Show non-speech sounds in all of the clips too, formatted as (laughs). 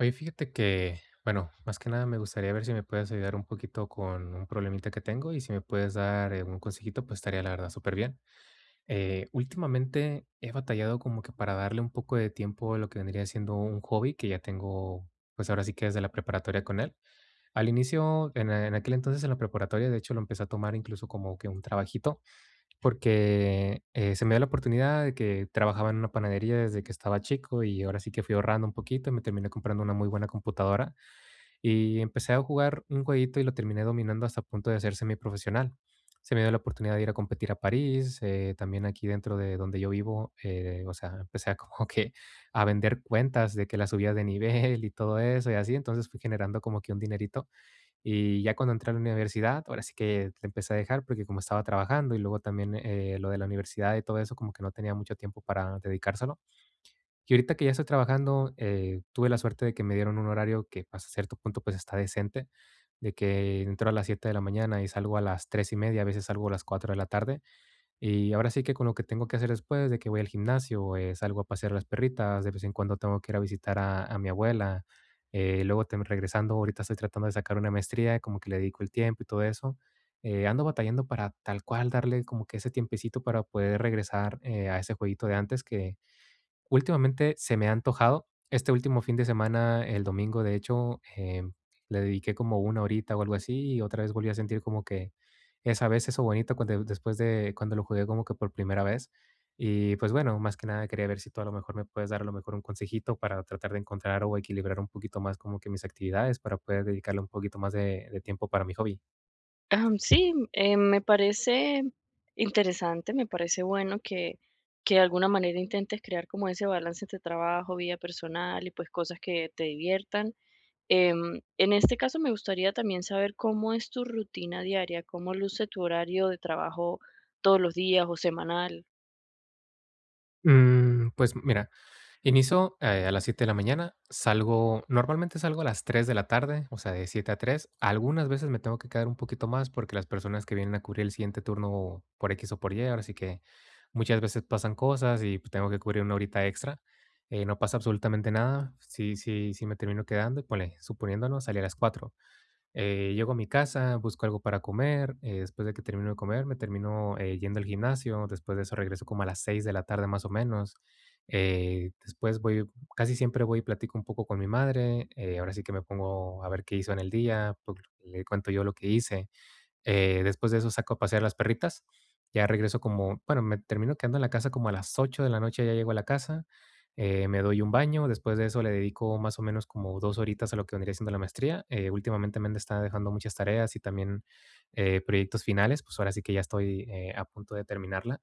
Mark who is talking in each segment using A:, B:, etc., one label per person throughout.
A: Oye, fíjate que, bueno, más que nada me gustaría ver si me puedes ayudar un poquito con un problemita que tengo y si me puedes dar un consejito, pues estaría la verdad súper bien. Últimamente he batallado como que para darle un poco de tiempo a lo que vendría siendo un hobby que ya tengo, pues ahora sí que desde la preparatoria con él. Al inicio, en aquel entonces en la preparatoria, de hecho lo empecé a tomar incluso como que un trabajito porque, se me dio la oportunidad de que trabajaba en una panadería desde que estaba chico, y ahora sí que fui ahorrando un poquito, y me terminé comprando una muy buena computadora, y empecé a jugar un jueguito y lo terminé dominando hasta el punto de ser semiprofesional. Se me dio la oportunidad de ir a competir a París, también aquí dentro de donde yo vivo, o sea, empecé a como que a vender cuentas de que las subía de nivel y todo eso y así, entonces fui generando como que un dinerito. Y ya cuando entré a la universidad, ahora sí que la empecé a dejar porque como estaba trabajando y luego también, lo de la universidad y todo eso, como que no tenía mucho tiempo para dedicárselo. Y ahorita que ya estoy trabajando, tuve la suerte de que me dieron un horario que hasta cierto punto, pues, está decente, de que entro a las 7 de la mañana y salgo a las 3:30, a veces salgo a las 4 de la tarde. Y ahora sí que con lo que tengo que hacer después de que voy al gimnasio, salgo a pasear a las perritas, de vez en cuando tengo que ir a visitar a mi abuela, luego regresando, ahorita estoy tratando de sacar una maestría, como que le dedico el tiempo y todo eso. Ando batallando para tal cual darle como que ese tiempecito para poder regresar a ese jueguito de antes que, últimamente se me ha antojado. Este último fin de semana, el domingo, de hecho, le dediqué como una horita o algo así, y otra vez volví a sentir como que esa vez eso bonito cuando después de cuando lo jugué como que por primera vez. Y pues bueno, más que nada quería ver si tú a lo mejor me puedes dar a lo mejor un consejito para tratar de encontrar o equilibrar un poquito más como que mis actividades para poder dedicarle un poquito más de tiempo para mi hobby.
B: Me parece interesante, me parece bueno que de alguna manera intentes crear como ese balance entre trabajo, vida personal y pues cosas que te diviertan. En este caso me gustaría también saber cómo es tu rutina diaria, cómo luce tu horario de trabajo todos los días o semanal.
A: Pues mira, inicio, a las 7 de la mañana, salgo normalmente salgo a las 3 de la tarde, o sea, de 7 a 3. Algunas veces me tengo que quedar un poquito más porque las personas que vienen a cubrir el siguiente turno por X o por Y, ahora sí que muchas veces pasan cosas y pues, tengo que cubrir una horita extra. No pasa absolutamente nada. Sí, sí, sí me termino quedando y ponle, suponiéndonos, salí a las 4. Llego a mi casa, busco algo para comer, después de que termino de comer, me termino, yendo al gimnasio, después de eso regreso como a las 6 de la tarde, más o menos. Después voy casi siempre voy y platico un poco con mi madre, ahora sí que me pongo a ver qué hizo en el día, pues, le cuento yo lo que hice. Después de eso saco a pasear las perritas. Ya regreso como, bueno, me termino quedando en la casa como a las 8 de la noche, ya llego a la casa, me doy un baño, después de eso le dedico más o menos como dos horitas a lo que vendría siendo la maestría. Últimamente me está dejando muchas tareas y también proyectos finales, pues ahora sí que ya estoy a punto de terminarla.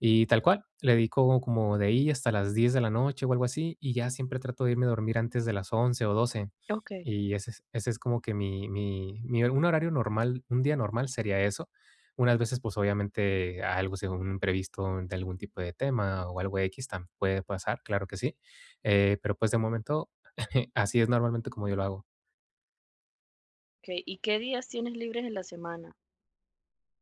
A: Y tal cual, le dedico como de ahí hasta las 10 de la noche o algo así, y ya siempre trato de irme a dormir antes de las 11 o 12.
B: Ok,
A: Y ese es como que un horario normal, un día normal sería eso. Unas veces, pues obviamente algo, un imprevisto de algún tipo de tema o algo X también puede pasar, claro que sí. Pero pues de momento, (laughs) así es normalmente como yo lo hago.
B: ok. ¿Y qué días tienes libres en la semana?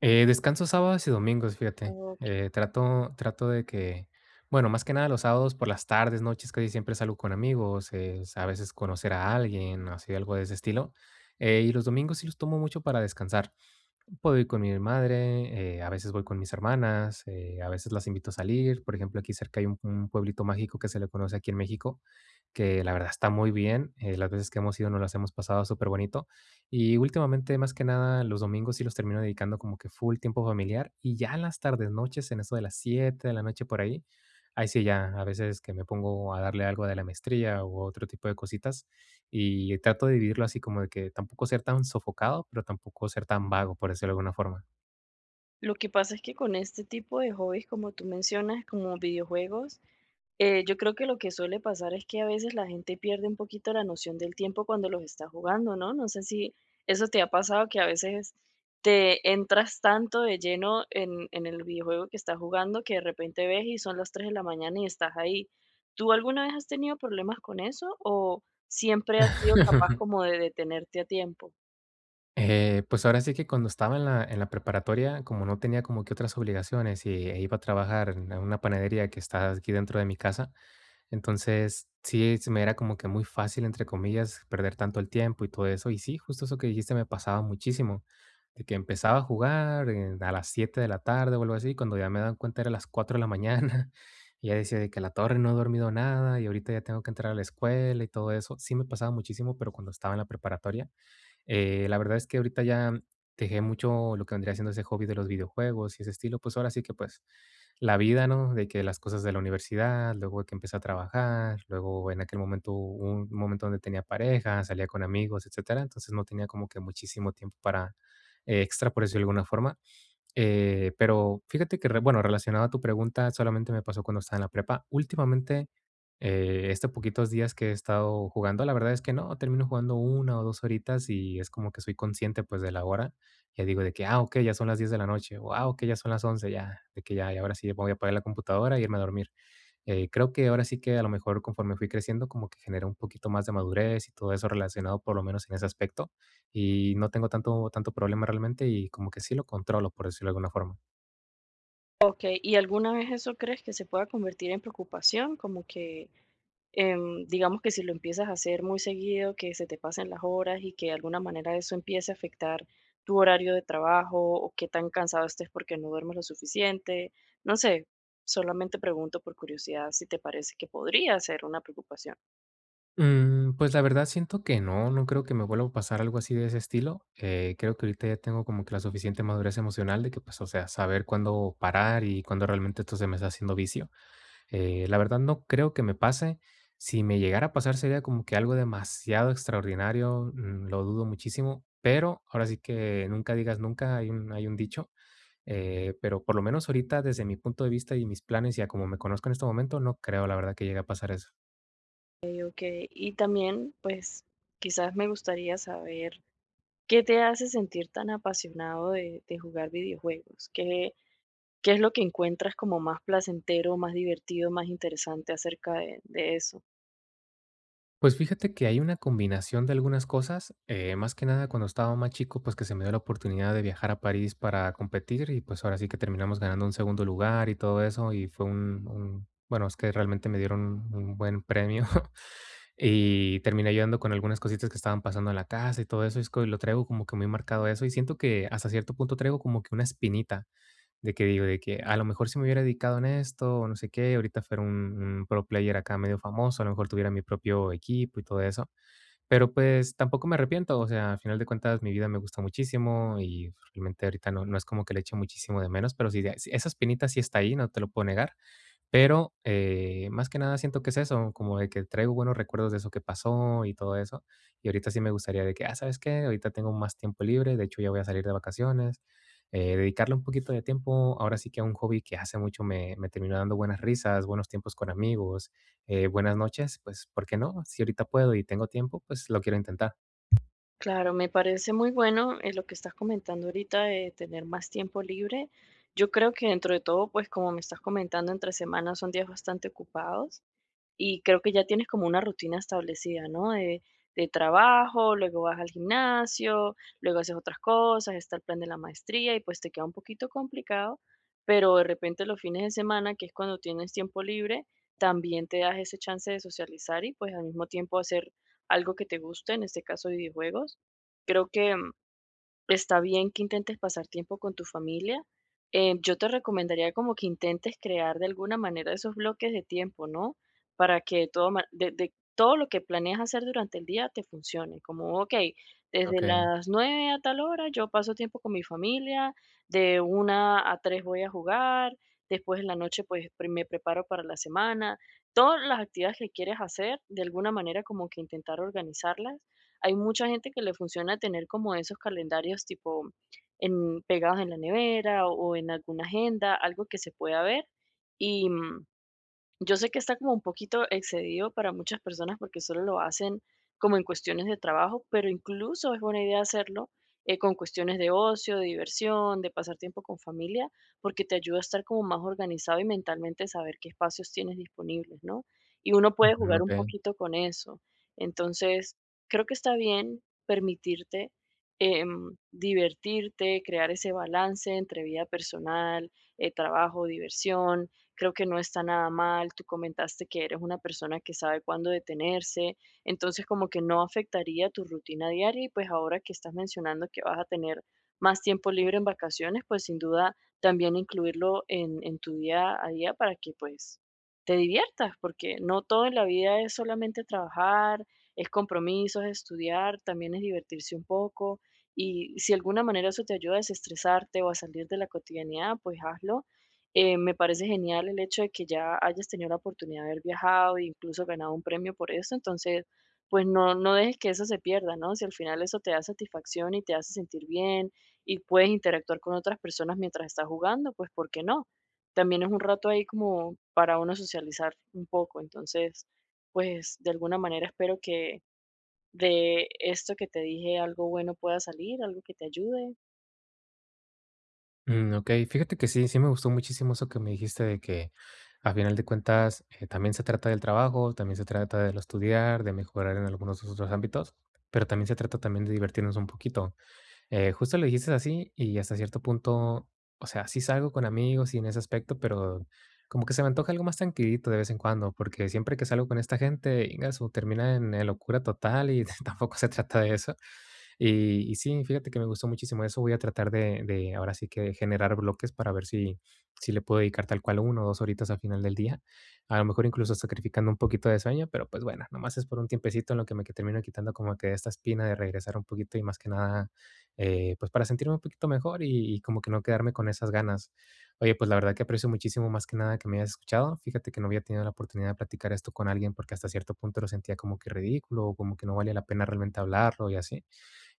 A: Descanso sábados y domingos, fíjate.
B: Ok.
A: Trato de que bueno, más que nada los sábados por las tardes, noches, casi siempre salgo con amigos, es a veces conocer a alguien, así algo de ese estilo, y los domingos sí los tomo mucho para descansar. Puedo ir con mi madre, a veces voy con mis hermanas, a veces las invito a salir. Por ejemplo, aquí cerca hay un pueblito mágico que se le conoce aquí en México, que la verdad está muy bien. Las veces que hemos ido nos las hemos pasado súper bonito. Y últimamente, más que nada, los domingos sí los termino dedicando como que full tiempo familiar. Y ya en las tardes, noches, en eso de las 7 de la noche por ahí, ahí sí ya, a veces que me pongo a darle algo de la maestría u otro tipo de cositas y trato de vivirlo así como de que tampoco ser tan sofocado, pero tampoco ser tan vago, por decirlo de alguna forma.
B: Lo que pasa es que con este tipo de hobbies, como tú mencionas, como videojuegos, yo creo que lo que suele pasar es que a veces la gente pierde un poquito la noción del tiempo cuando los está jugando, ¿no? No sé si eso te ha pasado que a veces te entras tanto de lleno en el videojuego que estás jugando que de repente ves y son las 3 de la mañana y estás ahí. ¿Tú alguna vez has tenido problemas con eso o siempre has sido capaz
A: (laughs)
B: como de detenerte a tiempo?
A: Pues ahora sí que cuando estaba en la preparatoria, como no tenía como que otras obligaciones y e iba a trabajar en una panadería que está aquí dentro de mi casa. Entonces, sí, se me era como que muy fácil, entre comillas, perder tanto el tiempo y todo eso. Y sí, justo eso que dijiste me pasaba muchísimo, de que empezaba a jugar a las 7 de la tarde o algo así, cuando ya me dan cuenta era las 4 de la mañana. (laughs) Y ya decía de que la torre no he dormido nada y ahorita ya tengo que entrar a la escuela y todo eso. Sí me pasaba muchísimo, pero cuando estaba en la preparatoria. La verdad es que ahorita ya dejé mucho lo que vendría siendo ese hobby de los videojuegos y ese estilo, pues ahora sí que pues la vida, ¿no? De que las cosas de la universidad, luego que empecé a trabajar, luego en aquel momento, un momento donde tenía pareja, salía con amigos, etcétera, entonces no tenía como que muchísimo tiempo para extra, por decirlo de alguna forma. Pero fíjate que, bueno, relacionado a tu pregunta, solamente me pasó cuando estaba en la prepa. Últimamente, estos poquitos días que he estado jugando, la verdad es que no, termino jugando una o dos horitas y es como que soy consciente pues de la hora. Ya digo de que, ah, ok, ya son las 10 de la noche, o ah, ok, ya son las 11 ya, de que ya, y ahora sí voy a apagar la computadora y irme a dormir. Creo que ahora sí que a lo mejor conforme fui creciendo, como que genera un poquito más de madurez y todo eso relacionado por lo menos en ese aspecto. Y no tengo tanto, tanto problema realmente y como que sí lo controlo, por decirlo de alguna forma.
B: Ok, ¿y alguna vez eso crees que se pueda convertir en preocupación? Como que digamos que si lo empiezas a hacer muy seguido, que se te pasen las horas y que de alguna manera eso empiece a afectar tu horario de trabajo o qué tan cansado estés porque no duermes lo suficiente, no sé, solamente pregunto por curiosidad si te parece que podría ser una preocupación.
A: Pues la verdad siento que no, no creo que me vuelva a pasar algo así de ese estilo. Creo que ahorita ya tengo como que la suficiente madurez emocional de que pues, o sea, saber cuándo parar y cuándo realmente esto se me está haciendo vicio. La verdad no creo que me pase. Si me llegara a pasar sería como que algo demasiado extraordinario, lo dudo muchísimo, pero ahora sí que nunca digas nunca, hay un dicho, pero por lo menos ahorita desde mi punto de vista y mis planes y a como me conozco en este momento, no creo la verdad que llegue a pasar eso.
B: Ok, ok, y también pues quizás me gustaría saber qué te hace sentir tan apasionado de jugar videojuegos, qué, qué es lo que encuentras como más placentero, más divertido, más interesante acerca de eso.
A: Pues fíjate que hay una combinación de algunas cosas, más que nada cuando estaba más chico, pues que se me dio la oportunidad de viajar a París para competir y pues ahora sí que terminamos ganando un segundo lugar y todo eso y fue bueno, es que realmente me dieron un buen premio (laughs) y terminé ayudando con algunas cositas que estaban pasando en la casa y todo eso y es que lo traigo como que muy marcado eso y siento que hasta cierto punto traigo como que una espinita de que digo, de que a lo mejor si me hubiera dedicado en esto o no sé qué, ahorita fuera un pro player acá medio famoso, a lo mejor tuviera mi propio equipo y todo eso. Pero pues tampoco me arrepiento, o sea, al final de cuentas mi vida me gusta muchísimo y realmente ahorita no, no es como que le eche muchisimo de menos, pero sí, sí, esa espinita sí está ahí, no te lo puedo negar. Pero, más que nada siento que es eso, como de que traigo buenos recuerdos de eso que pasó y todo eso. Y ahorita sí me gustaría de que, ah, ¿sabes qué? Ahorita tengo más tiempo libre, de hecho ya voy a salir de vacaciones, dedicarle un poquito de tiempo, ahora sí que a un hobby que hace mucho me terminó dando buenas risas, buenos tiempos con amigos, buenas noches, pues, ¿por qué no? Si ahorita puedo y tengo tiempo, pues lo quiero intentar.
B: Claro, me parece muy bueno, lo que estás comentando ahorita de tener más tiempo libre. Yo creo que dentro de todo, pues como me estás comentando, entre semanas son días bastante ocupados. Y creo que ya tienes como una rutina establecida, ¿no? De trabajo, luego vas al gimnasio, luego haces otras cosas, está el plan de la maestría y pues te queda un poquito complicado, pero de repente los fines de semana, que es cuando tienes tiempo libre, también te das ese chance de socializar y pues al mismo tiempo hacer algo que te guste, en este caso videojuegos. Creo que está bien que intentes pasar tiempo con tu familia. Yo te recomendaría como que intentes crear de alguna manera esos bloques de tiempo, ¿no? Para que todo, de todo lo que planeas hacer durante el día te funcione. Como, ok, desde
A: Ok,
B: las 9 a tal hora yo paso tiempo con mi familia, de una a 3 voy a jugar, después en la noche pues me preparo para la semana. Todas las actividades que quieres hacer, de alguna manera como que intentar organizarlas. Hay mucha gente que le funciona tener como esos calendarios tipo en pegados en la nevera o en alguna agenda, algo que se pueda ver. Y, mm, yo sé que está como un poquito excedido para muchas personas porque solo lo hacen como en cuestiones de trabajo, pero incluso es buena idea hacerlo con cuestiones de ocio, de diversión, de pasar tiempo con familia, porque te ayuda a estar como más organizado y mentalmente saber qué espacios tienes disponibles, ¿no? Y uno puede
A: ujú,
B: jugar un
A: ok.
B: poquito con eso. Entonces, creo que está bien permitirte divertirte, crear ese balance entre vida personal, trabajo, diversión. Creo que no está nada mal, tú comentaste que eres una persona que sabe cuándo detenerse, entonces como que no afectaría tu rutina diaria y pues ahora que estás mencionando que vas a tener más tiempo libre en vacaciones, pues sin duda también incluirlo en tu día a día para que pues te diviertas, porque no todo en la vida es solamente trabajar, es compromisos, es estudiar, también es divertirse un poco. Y si de alguna manera eso te ayuda a desestresarte o a salir de la cotidianidad, pues hazlo. Me parece genial el hecho de que ya hayas tenido la oportunidad de haber viajado e incluso ganado un premio por eso, entonces, pues no, no dejes que eso se pierda, ¿no? Si al final eso te da satisfacción y te hace sentir bien y puedes interactuar con otras personas mientras estás jugando, pues ¿por qué no? También es un rato ahí como para uno socializar un poco, entonces, pues de alguna manera espero que de esto que te dije algo bueno pueda salir, algo que te ayude.
A: Mm, okey. Fíjate que sí, sí me gustó muchísimo eso que me dijiste de que, a final de cuentas, también se trata del trabajo, también se trata de lo estudiar, de mejorar en algunos otros ámbitos, pero también se trata también de divertirnos un poquito. Justo lo dijiste así y hasta cierto punto, o sea, sí salgo con amigos y en ese aspecto, pero como que se me antoja algo más tranquilito de vez en cuando, porque siempre que salgo con esta gente, ingasu, termina en locura total y (laughs) tampoco se trata de eso. Y sí, fíjate que me gustó muchísimo eso. Voy a tratar de ahora sí que generar bloques para ver si le puedo dedicar tal cual uno o dos horitas al final del día. A lo mejor incluso sacrificando un poquito de sueño, pero pues bueno, nomás es por un tiempecito en lo que me que termino quitando como que esta espina de regresar un poquito y más que nada pues, para sentirme un poquito mejor y como que no quedarme con esas ganas. Oye, pues, la verdad que aprecio muchísimo, más que nada, que me hayas escuchado. Fíjate que no había tenido la oportunidad de platicar esto con alguien, porque hasta cierto punto lo sentía como que ridículo, o como que no valía la pena realmente hablarlo y así.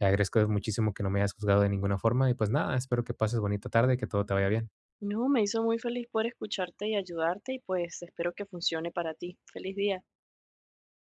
A: Agradezco muchísimo que no me hayas juzgado de ninguna forma y, pues, nada, espero que pases bonita tarde y que todo te vaya bien.
B: No, me hizo muy feliz por escucharte y ayudarte y pues espero que funcione para ti. Feliz día.